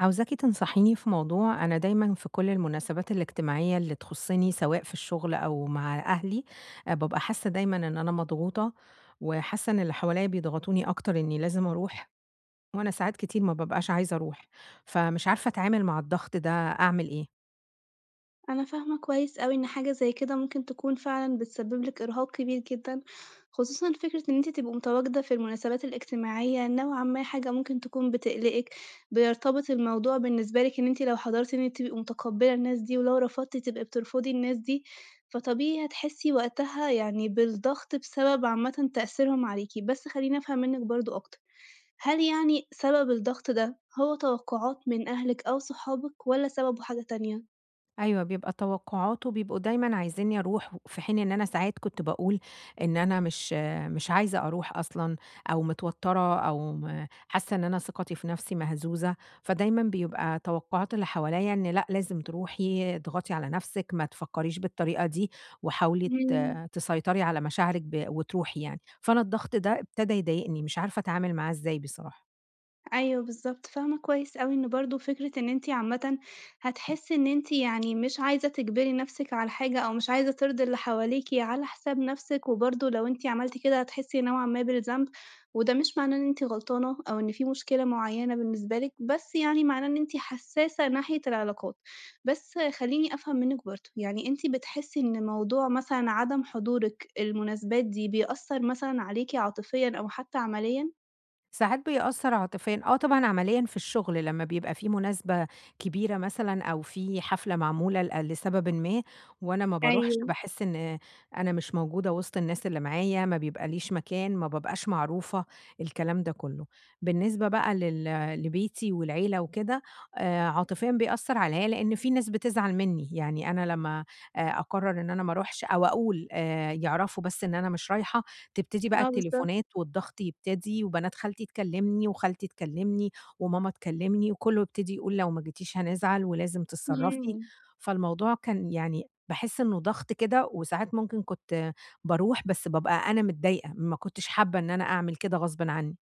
عاوزاكِ تنصحيني في موضوع. أنا دايمًا في كل المناسبات الاجتماعية اللي تخصني سواء في الشغل أو مع أهلي، بابقى حاسة دايمًا إن أنا مضغوطة، وحاسة إن اللي حواليّا بيضغطوني أكتر إني لازم أروح، وأنا ساعات كتير ما بابقاش عايزة أروح، فمش عارفة أتعامل مع الضغط ده أعمل إيه؟ أنا فاهمة كويس أوي إن حاجة زي كده ممكن تكون فعلًا بتسبب لِك إرهاق كبير جدًا، خصوصًا فكرة إن أنتِ تبقي متواجدة في المناسبات الاجتماعية، نوعًا ما حاجة ممكن تكون بتقلقِك، بيرتبط الموضوع بالنسبة لِك إن أنتِ لو حضرتِ إن أنتِ تبقي متقبلة الناس دي، ولو رفضتِ تبقي بترفضي الناس دي، فطبيعي هتحسي وقتها يعني بالضغط بسبب عامةً تأثيرهم عليكِ. بس خلّيني أفهم منِك برضه أكتر، هل يعني سبب الضغط ده هو توقعات من أهلِك أو صحابِك والّا سببه حاجة تانية؟ أيوه، بيبقى توقعاته بيبقوا دايمًا عايزينّي أروح، في حين إن أنا ساعات كنت باقول إن أنا مش عايزة أروح أصلًا، أو متوتّرة أو حاسة إن أنا ثقتي في نفسي مهزوزة، فدايمًا بيبقى توقعات اللي حواليّا إن لأ، لازم تروحي، اضغطي على نفسِك، ما تفكّريش بالطريقة دي، وحاولي إمم. تسيطري على مشاعرِك وتروحي يعني، فأنا الضغط ده ابتدى يضايقني، مش عارفة أتعامل معاه إزاي بصراحة. أيوه بالضبط، فاهمة كويس أوي إن برضه فكرة إن أنتِ عامةً هتحسّي إن أنتِ يعني مش عايزة تجبري نَفْسِك على حاجة أو مش عايزة ترضي اللي حواليكِ على حساب نَفْسِك، وبرضه لو أنتِ عملتِ كده هتحسّي نوعًا ما بالذنب، وده مش معناه إن أنتِ غلطانة أو إن في مشكلة معيّنة بالنسبة لِك، بس يعني معناه إن أنتِ حسّاسة ناحية العلاقات. بس خلّيني أفهم منِّك برضه، يعني أنتِ بتحسّي إن موضوع مثلًا عدم حضورِك المناسبات دي بيأثّر مثلًا عليكِ عاطفيًا أو حتى عمليًا؟ ساعات بيأثّر عاطفيًا، آه طبعًا. عمليًا في الشغل لمّا بيبقى في مناسبة كبيرة مثلًا أو في حفلة معمولة لسببٍ ما وأنا ما باروحش، أيوه، باحس إن أنا مش موجودة وسط الناس اللي معايا، ما بيبقاليش مكان، ما بابقاش معروفة، الكلام ده كلّه. بالنسبة بقى لبيتي والعيلة وكده، عاطفيًا بيأثّر عليّا لإن في ناس بتزعل منّي، يعني أنا لمّا أقرّر إن أنا ما أروحش أو أقول يعرفوا بس إن أنا مش رايحة، تبتدي بقى آه بالضبط. التليفونات والضغط يبتدي، وبنات خالتي تكلّمني، وخالتي تكلّمني، وماما تكلّمني، وكلّه يبتدي يقول لو ما جيتيش هنزعل ولازم تتصرّفي، إمم. فالموضوع كان يعني باحس إنه ضغط كده، وساعات ممكن كنت باروح بس بابقى أنا متضايقة، ما كنتش حابة إن أنا أعمل كده غصبٍ عني.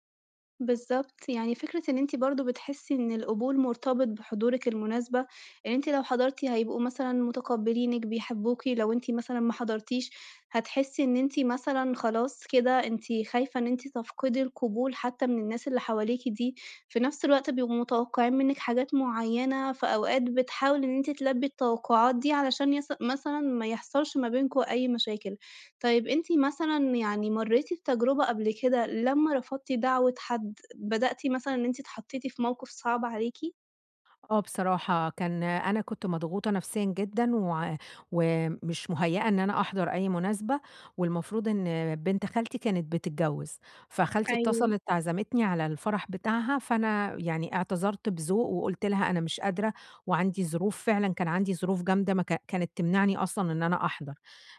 بالضبط، يعني فكرة إن أنتِ برضه بتحسّي إن القبول مرتبط بحضورِك المناسبة، إن أنتِ لو حضرتِ هيبقوا مثلًا متقبّلينِك، بيحبوكِ، لو أنتِ مثلًا ما حضرتيش هتحسّي إن أنتِ مثلًا خلاص كده أنتِ خايفة إن أنتِ تفقدي القبول حتى من الناس اللي حواليكِ دي، في نفس الوقت بيبقوا متوقّعين منِّك حاجات معيّنة، فأوقات بتحاولي إن أنتِ تلبّي التوقعات دي علشان يص مثلًا ما يحصلش ما بينكم أي مشاكل. طيب أنتِ مثلًا يعني مرّيتِ بتجربة قبل كده لمّا رفضتِ دعوة حد بدأتِ مثلًا إن أنتِ اتحطيتِ في موقف صعب عليكِ؟ آه بصراحة، أنا كنت مضغوطة نفسيًا جدًا ومش مُهيّأة إن أنا أحضر أي مناسبة، والمفروض إن بنت خالتي كانت بتتجوّز، فخالتي أيوه، اتصلت عزمتني على الفرح بتاعها، فأنا يعني اعتذرت بذوق وقُلت لها أنا مش قادرة وعندي ظروف، فعلًا كان عندي ظروف جامدة ما ك كانت تمنعني أصلًا إن أنا أحضر.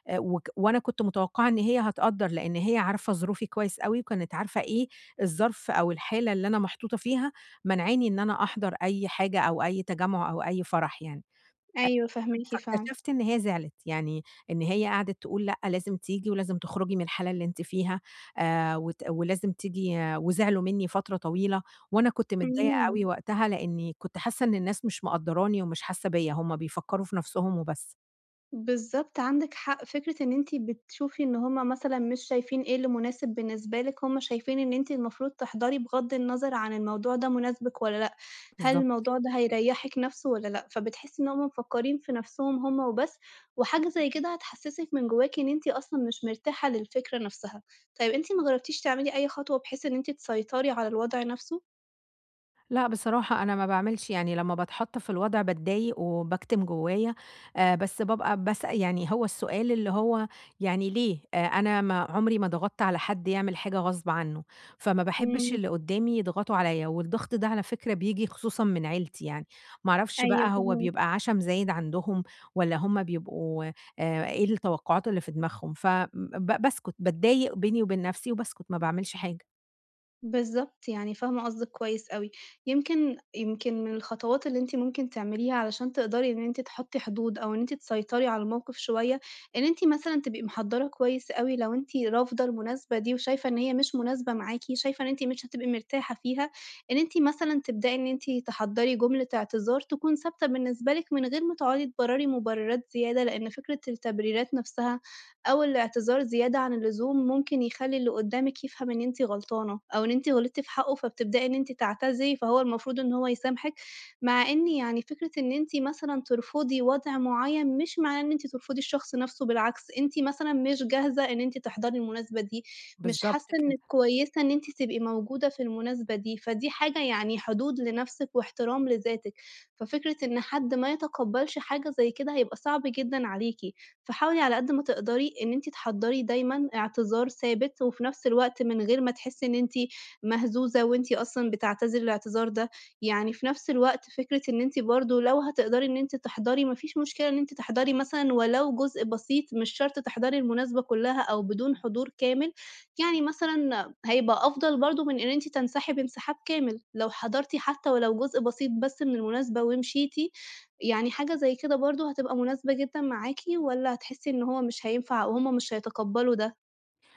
وك وأنا كنت متوقعة إن هي هتقدّر، لإن هي عارفة ظروفي كويس أوي، وكانت عارفة إيه الظرف أو الحالة اللي أنا محطوطة فيها مانعاني إن أنا أحضر أي حاجة أو أي تجمُّع أو أي فرح يعني. أيوه فاهماكِ فعلًا. فاكتشفت إن هي زعلِت، يعني إن هي قعدت تقول لأ، لازم تيجي ولازم تخرجي من الحالة اللي أنتِ فيها، وت ولازم تيجي آه، وزعلوا منّي فترة طويلة، وأنا كنت متضايقة إمم، أوي وقتها لإني كنت حاسة إن الناس مش مقدّراني ومش حاسة بيّا، هُم بيفكّروا في نَفْسهم وبس. بالضبط عندِك حق، فكرة إن أنتِ بتشوفي إن هُم مثلًا مش شايفين إيه اللي مناسب بالنسبة لِك، هُم شايفين إن أنتِ المفروض تحضري بغض النظر عن الموضوع ده مناسبِك والّا لأ، هل بالضبط. الموضوع ده هيريحِك نفسه والّا لأ، فبتحسي إن هُم مفكّرين في نفسهم هُم وبس، وحاجة زي كده هتحسسِك من جواكِ إن أنتِ أصلًا مش مرتاحة للفكرة نفسها. طيب أنتِ ما جربتيش تعملي أي خطوة بحيث إن أنتِ تسيطري على الوضع نفسه؟ لأ، بصراحة أنا ما باعملش. يعني لمّا باتحط في الوضع باتضايق وباكتم جوايا، بس بابقى يعني هو السؤال اللي هو يعني ليه؟ أنا ما عمري ما ضغطت على حد يعمل حاجة غصب عنه، فما باحبش إمم. اللي قدامي يضغطوا عليَّ، والضغط ده على فكرة بييجي خصوصًا من عيلتي يعني، ما أعرفش بقى أيوه هو فاهماكِ، بيبقى عشم زايد عندهم والّا هُم بيبقوا إيه التوقعات اللي في دماغهم، ف ب باسكت، باتضايق بيني وبين نفسي وباسكت، ما باعملش حاجة. بالضبط، فاهمة قصدِك كويس أوي. يمكن من الخطوات اللي أنتِ ممكن تعمليها علشان تقدري إن أنتِ تحطّي حدود أو إن أنتِ تسيطري على الموقف شوية، إن أنتِ مثلًا تبقي محضّرة كويس أوي لو أنتِ رافضة المناسبة دي وشايفة إن هي مش مناسبة معاكِ، شايفة إن أنتِ مش هتبقي مرتاحة فيها، إن أنتِ مثلًا تبدئي إن أنتِ تحضّري جملة اعتذار تكون ثابتة بالنسبة لِك من غير ما تقعدي تبرّري مبررات زيادة، لإن فكرة التبريرات نفسها أو الاعتذار زيادة عن اللزوم ممكن يخلّي اللي قدّامِك يفهم إن أنتِ غلطانة، أو إن أنتِ غلطتِ في حقّه، فبتبدئي إن أنتِ تعتذري، فهو المفروض إن هو يسامحِك، مع إن يعني فكرة إن أنتِ مثلًا ترفضي وضع معيّن مش معناه إن أنتِ ترفضي الشخص نَفْسه، بالعكس أنتِ مثلًا مش جاهزة إن أنتِ تحضري المناسبة دي، مش حاسة بالضبط إنِّك كده. كويسة إن أنتِ تبقي موجودة في المناسبة دي، فدي حاجة يعني حدود لنَفْسِك واحترام لذاتِك، ففكرة إن حد ما يتقبّلش حاجة زي كده هيبقى صعب جدًا عليكِ. فحاولي على قد ما تقدري إن أنتِ تحضّري دايمًا اعتذار ثابت، وفي نفس الوقت من غير ما تحسّي إن أنتِ مهزوزة وأنتِ أصلًا بتعتذري الاعتذار ده، يعني في نفس الوقت فكرة إن أنتِ برضه لو هتقدري إن أنتِ تحضري ما فيش مشكلة إن أنتِ تحضري مثلًا ولو جزء بسيط، مش شرط تحضري المناسبة كلّها أو بدون حضور كامل، يعني مثلًا هيبقى أفضل برضه من إن أنتِ تنسحبي انسحاب كامل، لو حضرتِ حتى ولو جزء بسيط بس من المناسبة ومشيتِ، يعني حاجة زي كده برضه هتبقى مناسبة جدًا معاكِ والّا هتحسّي إن هو مش هينفع وهُم مش هيتقبّلوا ده؟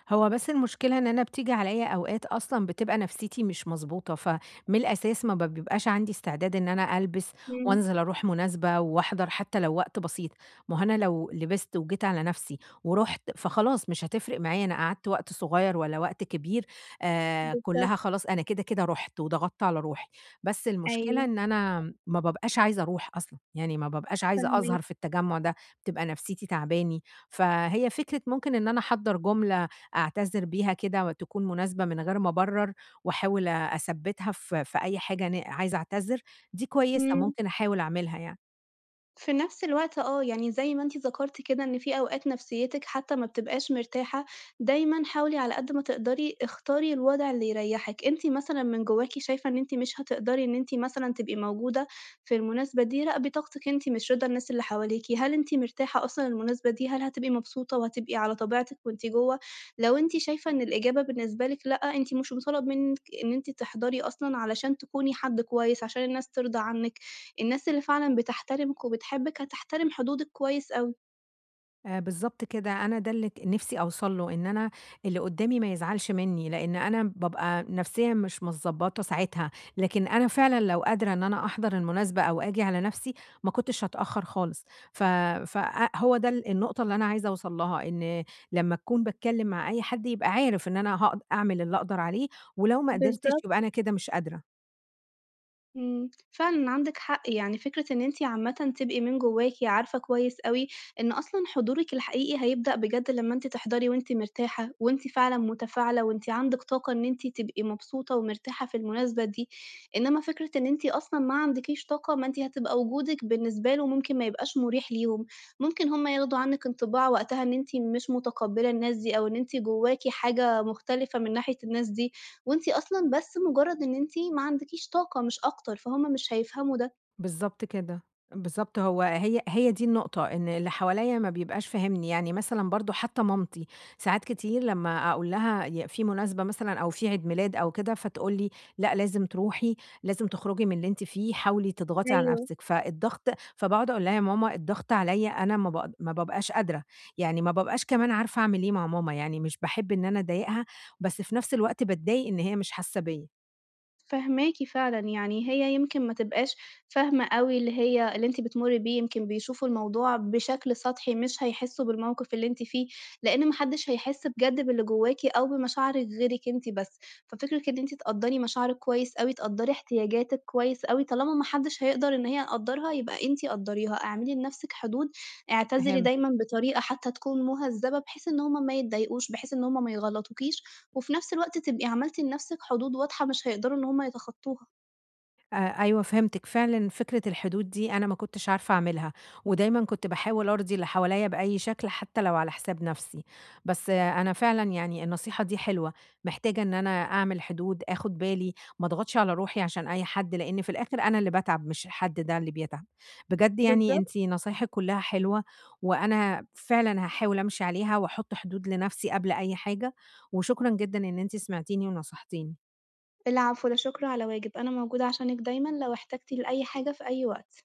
هو بس المشكلة إن أنا بتيجي عليَّ أوقات أصلًا بتبقى نفسيتي مش مضبوطة، فمن الأساس ما ب بيبقاش عندي استعداد إن أنا ألبس إمم، وأنزل أروح مناسبة وأحضر حتى لو وقت بسيط، ما هو أنا لو لبست وجيت على نفسي ورُحت فخلاص مش هتفرق معايا أنا قعدت وقت صغير والّا وقت كبير، بالضبط كلها خلاص أنا كده، كده رُحت وضغطت على روحي، بس المشكلة أيوه إن أنا ما بابقاش عايزة أروح أصلًا، يعني ما بابقاش عايزة فاهماكِ. أظهر في التجمُّع ده، بتبقى نفسيتي تاعباني، فهي فكرة ممكن إن أنا أحضّر جملة أعتذر بيها كده وتكون مناسبة من غير ما أبرر وأحاول أثبّتها في أي حاجة أنا عايزة أعتذر، دي كويسة إمم. ممكن أحاول أعملها يعني. في نفس الوقت آه، يعني زي ما أنتِ ذكرتِ كده إن في أوقات نفسيتِك حتى ما بتبقاش مرتاحة، دايمًا حاولي على قد ما تقدري اختاري الوضع اللي يريحِك، أنتِ مثلًا من جواكِ شايفة إن أنتِ مش هتقدري إن أنتِ مثلًا تبقي موجودة في المناسبة دي، راقبي طاقتِك أنتِ مش رضا الناس اللي حواليكِ، هل أنتِ مرتاحة أصلًا المناسبة دي، هل هتبقي مبسوطة وهتبقي على طبيعتِك وأنتِ جوّه؟ لو أنتِ شايفة إن الإجابة بالنسبة لِك لأ، أنتِ مش مطالب منِك إن أنتِ تحضري أصلًا علشان تكوني حد كويس، عشان الناس ترضى عنِك، الناس اللي فعلًا بتحترمِك وبتحبِّك هتحترم حدودِك كويس أوي. بالضبط كده، أنا ده اللي نِفْسي أوصل له، إن أنا اللي قُدّامي ما يزعلش منّي، لإن أنا بابقى نفسيًا مش متضبّطة ساعتها، لكن أنا فعلًا لو قادرة إن أنا أحضر المناسبة أو آجي على نَفْسي، ما كنتش هاتأخّر خالص، ف فأ هو ده النقطة اللي أنا عايزة أوصل لها، إن لمّا أكون باتكلّم مع أي حد يبقى عارف إن أنا هاقد أعمل اللي أقدر عليه، ولو ما قدرتش بالضبط. يبقى أنا كده مش قادرة. إمم، فعلًا عندِك حق، يعني فكرة إن أنتِ عامةً تبقي من جواكِ عارفة كويس أوي إن أصلًا حضورِك الحقيقي هيبدأ بجد لمّا أنتِ تحضري وأنتِ مرتاحة، وأنتِ فعلًا متفاعلة، وأنتِ عندِك طاقة إن أنتِ تبقي مبسوطة ومرتاحة في المناسبة دي، إنما فكرة إن أنتِ أصلًا ما عندكيش طاقة، ما أنتِ هتبقى وجودِك بالنسبة له ممكن ما يبقاش مريح ليهم، ممكن هُم ياخدوا عنِك انطباع وقتها إن أنتِ مش متقبلة الناس دي، أو إن أنتِ جواكِ حاجة مختلفة من ناحية الناس دي. وأنتِ أصلًا بس مجرد إن أنتِ ما عندكيش طاقة مش أكتر، فهُم مش هيفهموا ده. بالضبط كده، بالضبط هو هي دي النقطة، إن اللي حواليّا ما بيبقاش فاهمني، يعني مثلًا برضه حتى مامتي ساعات كتير لمّا أقول لها في مناسبة مثلًا أو في عيد ميلاد أو كده، فتقول لي: "لأ لازم تروحي، لازم تخرجي من اللي أنتِ فيه، حاولي تضغطي على أيوه. نفسِك." فباقعد أقول لها: "يا ماما الضغط عليّا أنا ما بابقاش قادرة." يعني ما بابقاش كمان عارفة أعمل إيه مع ماما، يعني مش باحب إن أنا أضايقها، بس في نفس الوقت باتضايق إن هي مش حاسة بيّا. فاهماكِ فعلًا، يعني هي يمكن ما تبقاش فاهمة أوي اللي هي اللي أنتِ بتمُرّي بيه، يمكن بيشوفوا الموضوع بشكل سطحي، مش هيحسّوا بالموقِف اللي أنتِ فيه، لإن ما حدّش هيحِس بجد باللي جوّاكِ أو بمشاعرِك غيرِك أنتِ بس، ففكرة إن أنتِ تقدّري مشاعرِك كويس أوي، تقدّري احتياجاتِك كويس أوي، طالما ما حدّش هيقدر إن هي يقدّرها يبقى أنتِ قدّريها، اعملي لنَفْسِك حدود، اعتذري فهمت. دايمًا بطريقة حتّى تكون مُهذّبة بحيث إن هُم ما يتضايقوش، بحيث إن هُم ما يغلّطوكيش. وفي نفس الوقت تبقي عملتِ لنفسِك حدود واضحة مش هيقدروا إن هُم يتخطوها. أيوه فهمتِك، فعلًا فكرة الحدود دي أنا ما كنتش عارفة أعملها، ودايمًا كنت باحاول أرضي اللي حواليّا بأي شكل حتى لو على حساب نفسي، بس آه، أنا فعلًا يعني النصيحة دي حلوة، محتاجة إن أنا أعمل حدود، آخد بالي، ما اضغطش على روحي عشان أي حد، لإن في الآخر أنا اللي باتعب مش الحد ده اللي بيتعب. بجد يعني بالضبط. أنتِ نصايحِك كلها حلوة، وأنا فعلًا هاحاول أمشي عليها وأحط حدود لنفسي قبل أي حاجة، وشكرًا جدًا إن أنتِ سمعتيني ونصحتيني. العفو، لا شكر على واجب، أنا موجودة عشانِك دايمًا لو احتجتِ لأي حاجة في أي وقت.